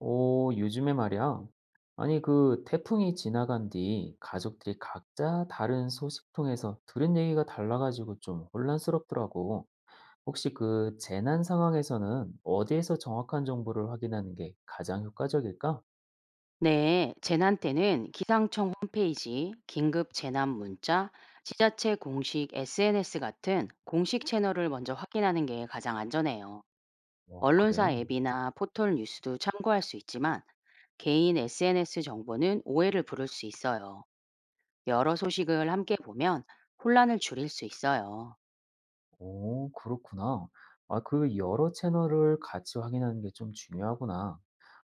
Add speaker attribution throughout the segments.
Speaker 1: 오, 요즘에 말이야. 아니, 그 태풍이 지나간 뒤 가족들이 각자 다른 소식통에서 들은 얘기가 달라가지고 좀 혼란스럽더라고. 혹시 그 재난 상황에서는 어디에서 정확한 정보를 확인하는 게 가장 효과적일까?
Speaker 2: 네, 재난 때는 기상청 홈페이지, 긴급 재난 문자, 지자체 공식 SNS 같은 공식 채널을 먼저 확인하는 게 가장 안전해요.
Speaker 1: 어,
Speaker 2: 언론사
Speaker 1: 그래.
Speaker 2: 앱이나 포털 뉴스도 참고할 수 있지만 개인 SNS 정보는 오해를 부를 수 있어요. 여러 소식을 함께 보면 혼란을 줄일 수 있어요.
Speaker 1: 오, 그렇구나. 아, 그 여러 채널을 같이 확인하는 게 좀 중요하구나.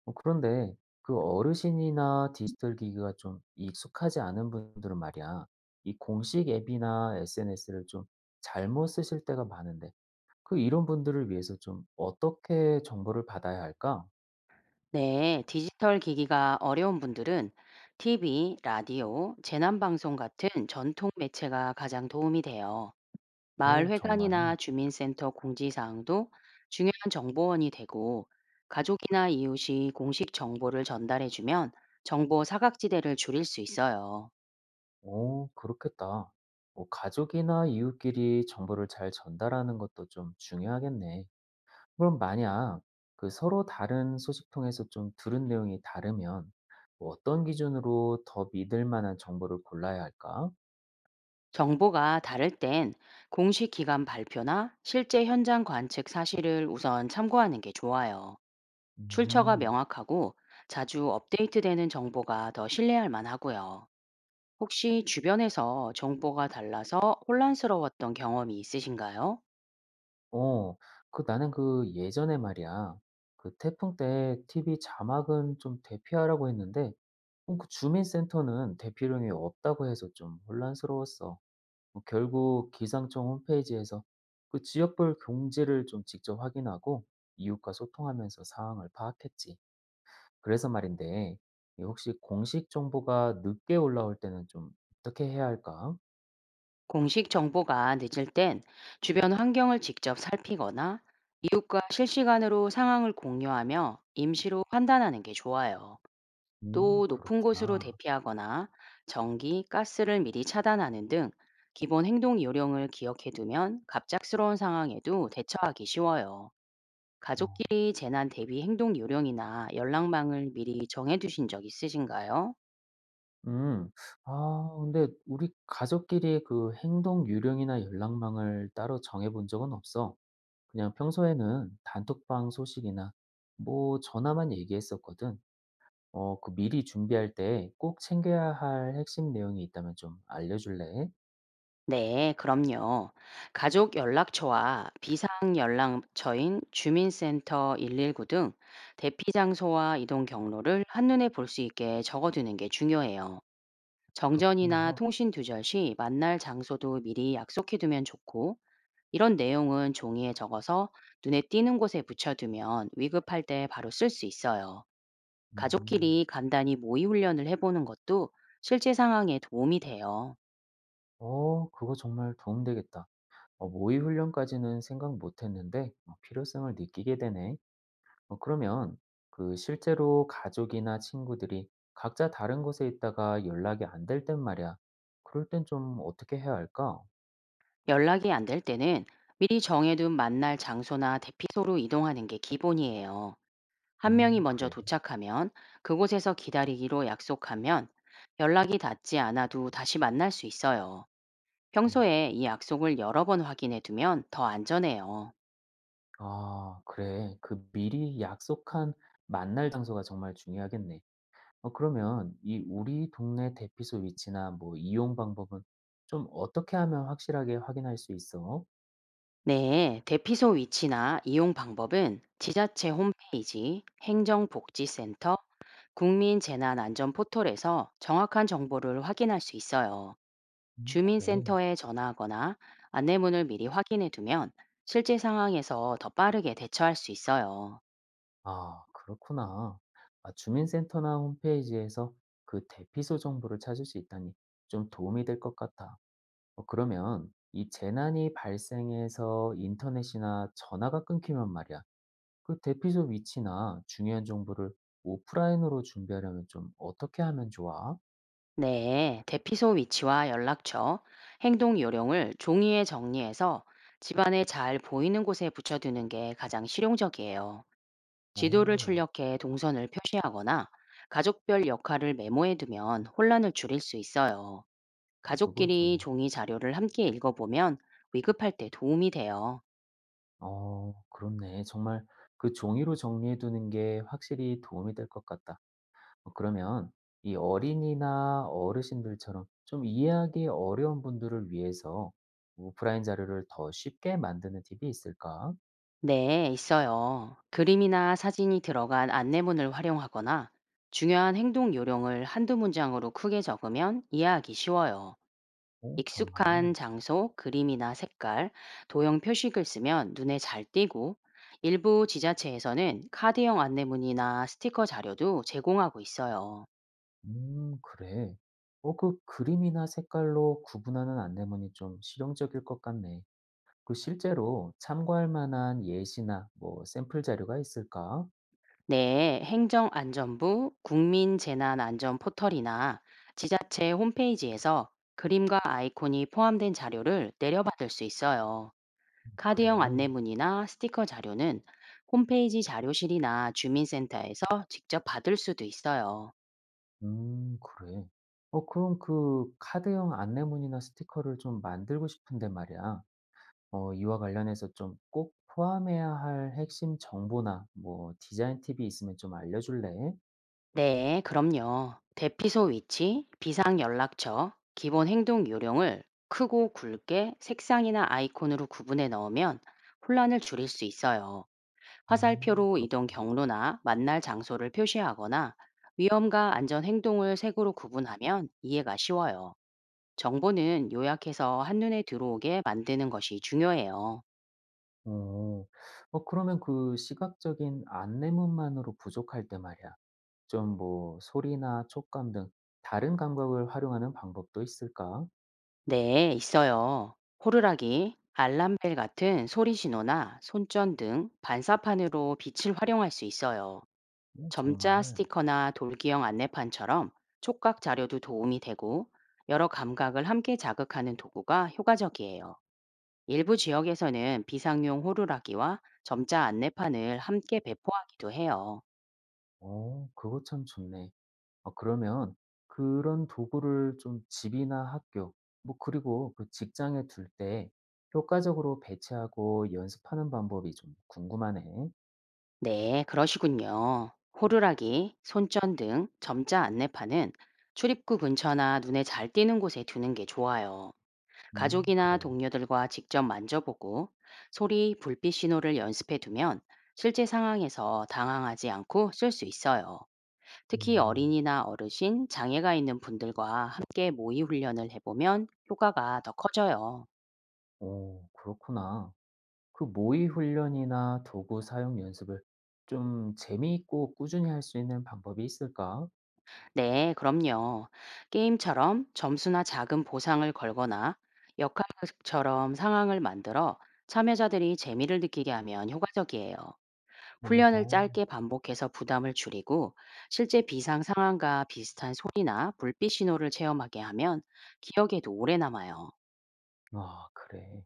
Speaker 1: 어, 그런데 그 어르신이나 디지털 기기가 좀 익숙하지 않은 분들은 말이야, 이 공식 앱이나 SNS를 좀 잘못 쓰실 때가 많은데, 그 이런 분들을 위해서 좀 어떻게 정보를 받아야 할까?
Speaker 2: 네, 디지털 기기가 어려운 분들은 TV, 라디오, 재난방송 같은 전통 매체가 가장 도움이 돼요.
Speaker 1: 오, 정말.
Speaker 2: 마을회관이나 주민센터 공지사항도 중요한 정보원이 되고, 가족이나 이웃이 공식 정보를 전달해주면 정보 사각지대를 줄일 수 있어요.
Speaker 1: 오, 그렇겠다. 뭐 가족이나 이웃끼리 정보를 잘 전달하는 것도 좀 중요하겠네. 그럼 만약 그 서로 다른 소식통에서 좀 들은 내용이 다르면 뭐 어떤 기준으로 더 믿을 만한 정보를 골라야 할까?
Speaker 2: 정보가 다를 땐 공식 기관 발표나 실제 현장 관측 사실을 우선 참고하는 게 좋아요. 출처가
Speaker 1: 음,
Speaker 2: 명확하고 자주 업데이트되는 정보가 더 신뢰할 만하고요. 혹시 주변에서 정보가 달라서 혼란스러웠던 경험이 있으신가요?
Speaker 1: 어, 그 나는 그 예전에 말이야. 그 태풍 때 TV 자막은 좀 대피하라고 했는데 그 주민센터는 대피령이 없다고 해서 좀 혼란스러웠어. 어, 결국 기상청 홈페이지에서 그 지역별 경지를 좀 직접 확인하고 이웃과 소통하면서 상황을 파악했지. 그래서 말인데 이 혹시 공식 정보가 늦게 올라올 때는 좀 어떻게 해야 할까?
Speaker 2: 공식 정보가 늦을 땐 주변 환경을 직접 살피거나 실시간으로 상황을 공유하며 임시로 판단하는 게 좋아요. 또 높은 곳으로
Speaker 1: 그렇구나.
Speaker 2: 대피하거나 전기, 가스를 미리 차단하는 등 기본 행동 요령을 기억해 두면 갑작스러운 상황에도 대처하기 쉬워요.
Speaker 1: 어,
Speaker 2: 가족끼리 재난 대비 행동 요령이나 연락망을 미리 정해 두신 적 있으신가요?
Speaker 1: 음. 아, 근데 우리 가족끼리 그 행동 유령이나 연락망을 따로 정해본 적은 없어. 그냥 평소에는 단톡방 소식이나 뭐 전화만 얘기했었거든. 어, 그 미리 준비할 때 꼭 챙겨야 할 핵심 내용이 있다면 좀 알려줄래?
Speaker 2: 네, 그럼요. 가족 연락처와 비상 연락처인 주민센터 119 등 대피 장소와 이동 경로를 한눈에 볼 수 있게 적어두는 게 중요해요. 정전이나
Speaker 1: 그렇구나.
Speaker 2: 통신 두절 시 만날 장소도 미리 약속해 두면 좋고, 이런 내용은 종이에 적어서 눈에 띄는 곳에 붙여두면 위급할 때 바로 쓸 수 있어요.
Speaker 1: 음.
Speaker 2: 가족끼리 간단히 모의 훈련을 해보는 것도 실제 상황에 도움이 돼요.
Speaker 1: 어, 그거 정말 도움되겠다. 모의 훈련까지는 생각 못 했는데 필요성을 느끼게 되네. 어, 그러면 그 실제로 가족이나 친구들이 각자 다른 곳에 있다가 연락이 안 될 땐 말이야. 그럴 땐 좀 어떻게 해야 할까?
Speaker 2: 연락이 안 될 때는 미리 정해둔 만날 장소나 대피소로 이동하는 게 기본이에요. 한 명이 먼저
Speaker 1: 그래.
Speaker 2: 도착하면 그곳에서 기다리기로 약속하면 연락이 닿지 않아도 다시 만날 수 있어요.
Speaker 1: 음.
Speaker 2: 평소에 이 약속을 여러 번 확인해 두면 더 안전해요.
Speaker 1: 아, 그래. 그 미리 약속한 만날 장소가 정말 중요하겠네. 어, 그러면 이 우리 동네 대피소 위치나 뭐 이용 방법은 좀 어떻게 하면 확실하게 확인할 수 있어?
Speaker 2: 네, 대피소 위치나 이용 방법은 지자체 홈페이지, 행정복지센터, 국민재난안전포털에서 정확한 정보를 확인할 수 있어요.
Speaker 1: 그래.
Speaker 2: 주민센터에 전화하거나 안내문을 미리 확인해 두면 실제 상황에서 더 빠르게 대처할 수 있어요.
Speaker 1: 아, 그렇구나. 아, 주민센터나 홈페이지에서 그 대피소 정보를 찾을 수 있다니 좀 도움이 될 것 같아. 어, 그러면 이 재난이 발생해서 인터넷이나 전화가 끊기면 말이야. 그 대피소 위치나 중요한 정보를 오프라인으로 준비하려면 좀 어떻게 하면 좋아?
Speaker 2: 네, 대피소 위치와 연락처, 행동 요령을 종이에 정리해서 집안에 잘 보이는 곳에 붙여두는 게 가장 실용적이에요. 지도를
Speaker 1: 오,
Speaker 2: 출력해 동선을 표시하거나 가족별 역할을 메모해 두면 혼란을 줄일 수 있어요.
Speaker 1: 그거
Speaker 2: 가족끼리
Speaker 1: 좋네.
Speaker 2: 종이 자료를 함께 읽어보면 위급할 때 도움이 돼요.
Speaker 1: 어, 그렇네. 정말 그 종이로 정리해두는 게 확실히 도움이 될 것 같다. 어 그러면 이 어린이나 어르신들처럼 좀 이해하기 어려운 분들을 위해서 오프라인 자료를 더 쉽게 만드는 팁이 있을까?
Speaker 2: 네, 있어요. 그림이나 사진이 들어간 안내문을 활용하거나 중요한 행동 요령을 한두 문장으로 크게 적으면 이해하기 쉬워요.
Speaker 1: 오
Speaker 2: 익숙한
Speaker 1: 정말?
Speaker 2: 장소, 그림이나 색깔, 도형 표식을 쓰면 눈에 잘 띄고, 일부 지자체에서는 카드형 안내문이나 스티커 자료도 제공하고 있어요.
Speaker 1: 그래. 어, 그 그림이나 색깔로 구분하는 안내문이 좀 실용적일 것 같네. 그 실제로 참고할 만한 예시나 뭐 샘플 자료가 있을까?
Speaker 2: 네, 행정안전부 국민재난안전포털이나 지자체 홈페이지에서 그림과 아이콘이 포함된 자료를 내려받을 수 있어요.
Speaker 1: 그래.
Speaker 2: 카드형 안내문이나 스티커 자료는 홈페이지 자료실이나 주민센터에서 직접 받을 수도 있어요.
Speaker 1: 그래. 어, 그럼 그 카드형 안내문이나 스티커를 좀 만들고 싶은데 말이야. 어 이와 관련해서 좀 꼭 포함해야 할 핵심 정보나 뭐 디자인 팁이 있으면 좀 알려줄래?
Speaker 2: 네, 그럼요. 대피소 위치, 비상연락처, 기본 행동 요령을 크고 굵게 색상이나 아이콘으로 구분해 넣으면 혼란을 줄일 수 있어요. 화살표로
Speaker 1: 그렇
Speaker 2: 이동 경로나 만날 장소를 표시하거나 위험과 안전 행동을 색으로 구분하면 이해가 쉬워요. 정보는 요약해서 한눈에 들어오게 만드는 것이 중요해요.
Speaker 1: 어. 어 그러면 그 시각적인 안내문만으로 부족할 때 말이야. 좀 뭐 소리나 촉감 등 다른 감각을 활용하는 방법도 있을까?
Speaker 2: 네, 있어요. 호루라기, 알람벨 같은 소리 신호나 손전 등 반사판으로 빛을 활용할 수 있어요.
Speaker 1: 오,
Speaker 2: 점자
Speaker 1: 정말.
Speaker 2: 스티커나 돌기형 안내판처럼 촉각 자료도 도움이 되고, 여러 감각을 함께 자극하는 도구가 효과적이에요. 일부 지역에서는 비상용 호루라기와 점자 안내판을 함께 배포하기도 해요.
Speaker 1: 어 그거 참 좋네. 아 그러면 그런 도구를 좀 집이나 학교, 뭐 그리고 그 직장에 둘 때 효과적으로 배치하고 연습하는 방법이 좀 궁금하네.
Speaker 2: 네, 그러시군요. 호루라기, 손전 등 점자 안내판은 출입구 근처나 눈에 잘 띄는 곳에 두는 게 좋아요.
Speaker 1: 그래.
Speaker 2: 가족이나 동료들과 직접 만져보고 소리, 불빛 신호를 연습해 두면 실제 상황에서 당황하지 않고 쓸 수 있어요. 특히
Speaker 1: 음.
Speaker 2: 어린이나 어르신, 장애가 있는 분들과 함께 모의 훈련을 해보면 효과가 더 커져요.
Speaker 1: 오, 그렇구나. 그 모의 훈련이나 도구 사용 연습을 좀 재미있고 꾸준히 할 수 있는 방법이 있을까?
Speaker 2: 네, 그럼요. 게임처럼 점수나 작은 보상을 걸거나 역할극처럼 상황을 만들어 참여자들이 재미를 느끼게 하면 효과적이에요.
Speaker 1: 어허.
Speaker 2: 훈련을 짧게 반복해서 부담을 줄이고 실제 비상 상황과 비슷한 소리나 불빛 신호를 체험하게 하면 기억에도 오래 남아요.
Speaker 1: 아, 그래.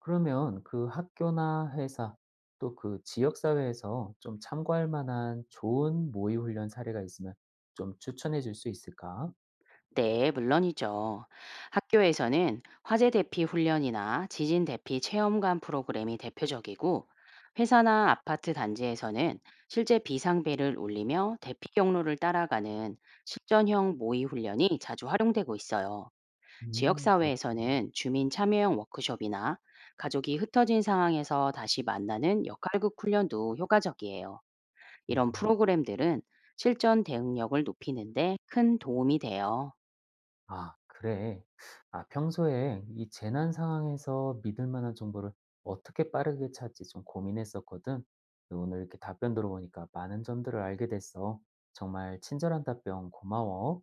Speaker 1: 그러면 그 학교나 회사 또 그 지역 사회에서 좀 참고할 만한 좋은 모의 훈련 사례가 있으면 좀 추천해 줄 수 있을까?
Speaker 2: 네, 물론이죠. 학교에서는 화재 대피 훈련이나 지진 대피 체험관 프로그램이 대표적이고, 회사나 아파트 단지에서는 실제 비상벨을 울리며 대피 경로를 따라가는 실전형 모의 훈련이 자주 활용되고 있어요.
Speaker 1: 그렇구나.
Speaker 2: 지역사회에서는 주민 참여형 워크숍이나 가족이 흩어진 상황에서 다시 만나는 역할극 훈련도 효과적이에요. 이런
Speaker 1: 음.
Speaker 2: 프로그램들은 실전 대응력을 높이는데 큰 도움이 돼요.
Speaker 1: 아, 그래. 아, 평소에 이 재난 상황에서 믿을 만한 정보를 어떻게 빠르게 찾지 좀 고민했었거든. 근데 오늘 이렇게 답변 들어보니까 많은 점들을 알게 됐어. 정말 친절한 답변 고마워.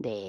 Speaker 2: 네.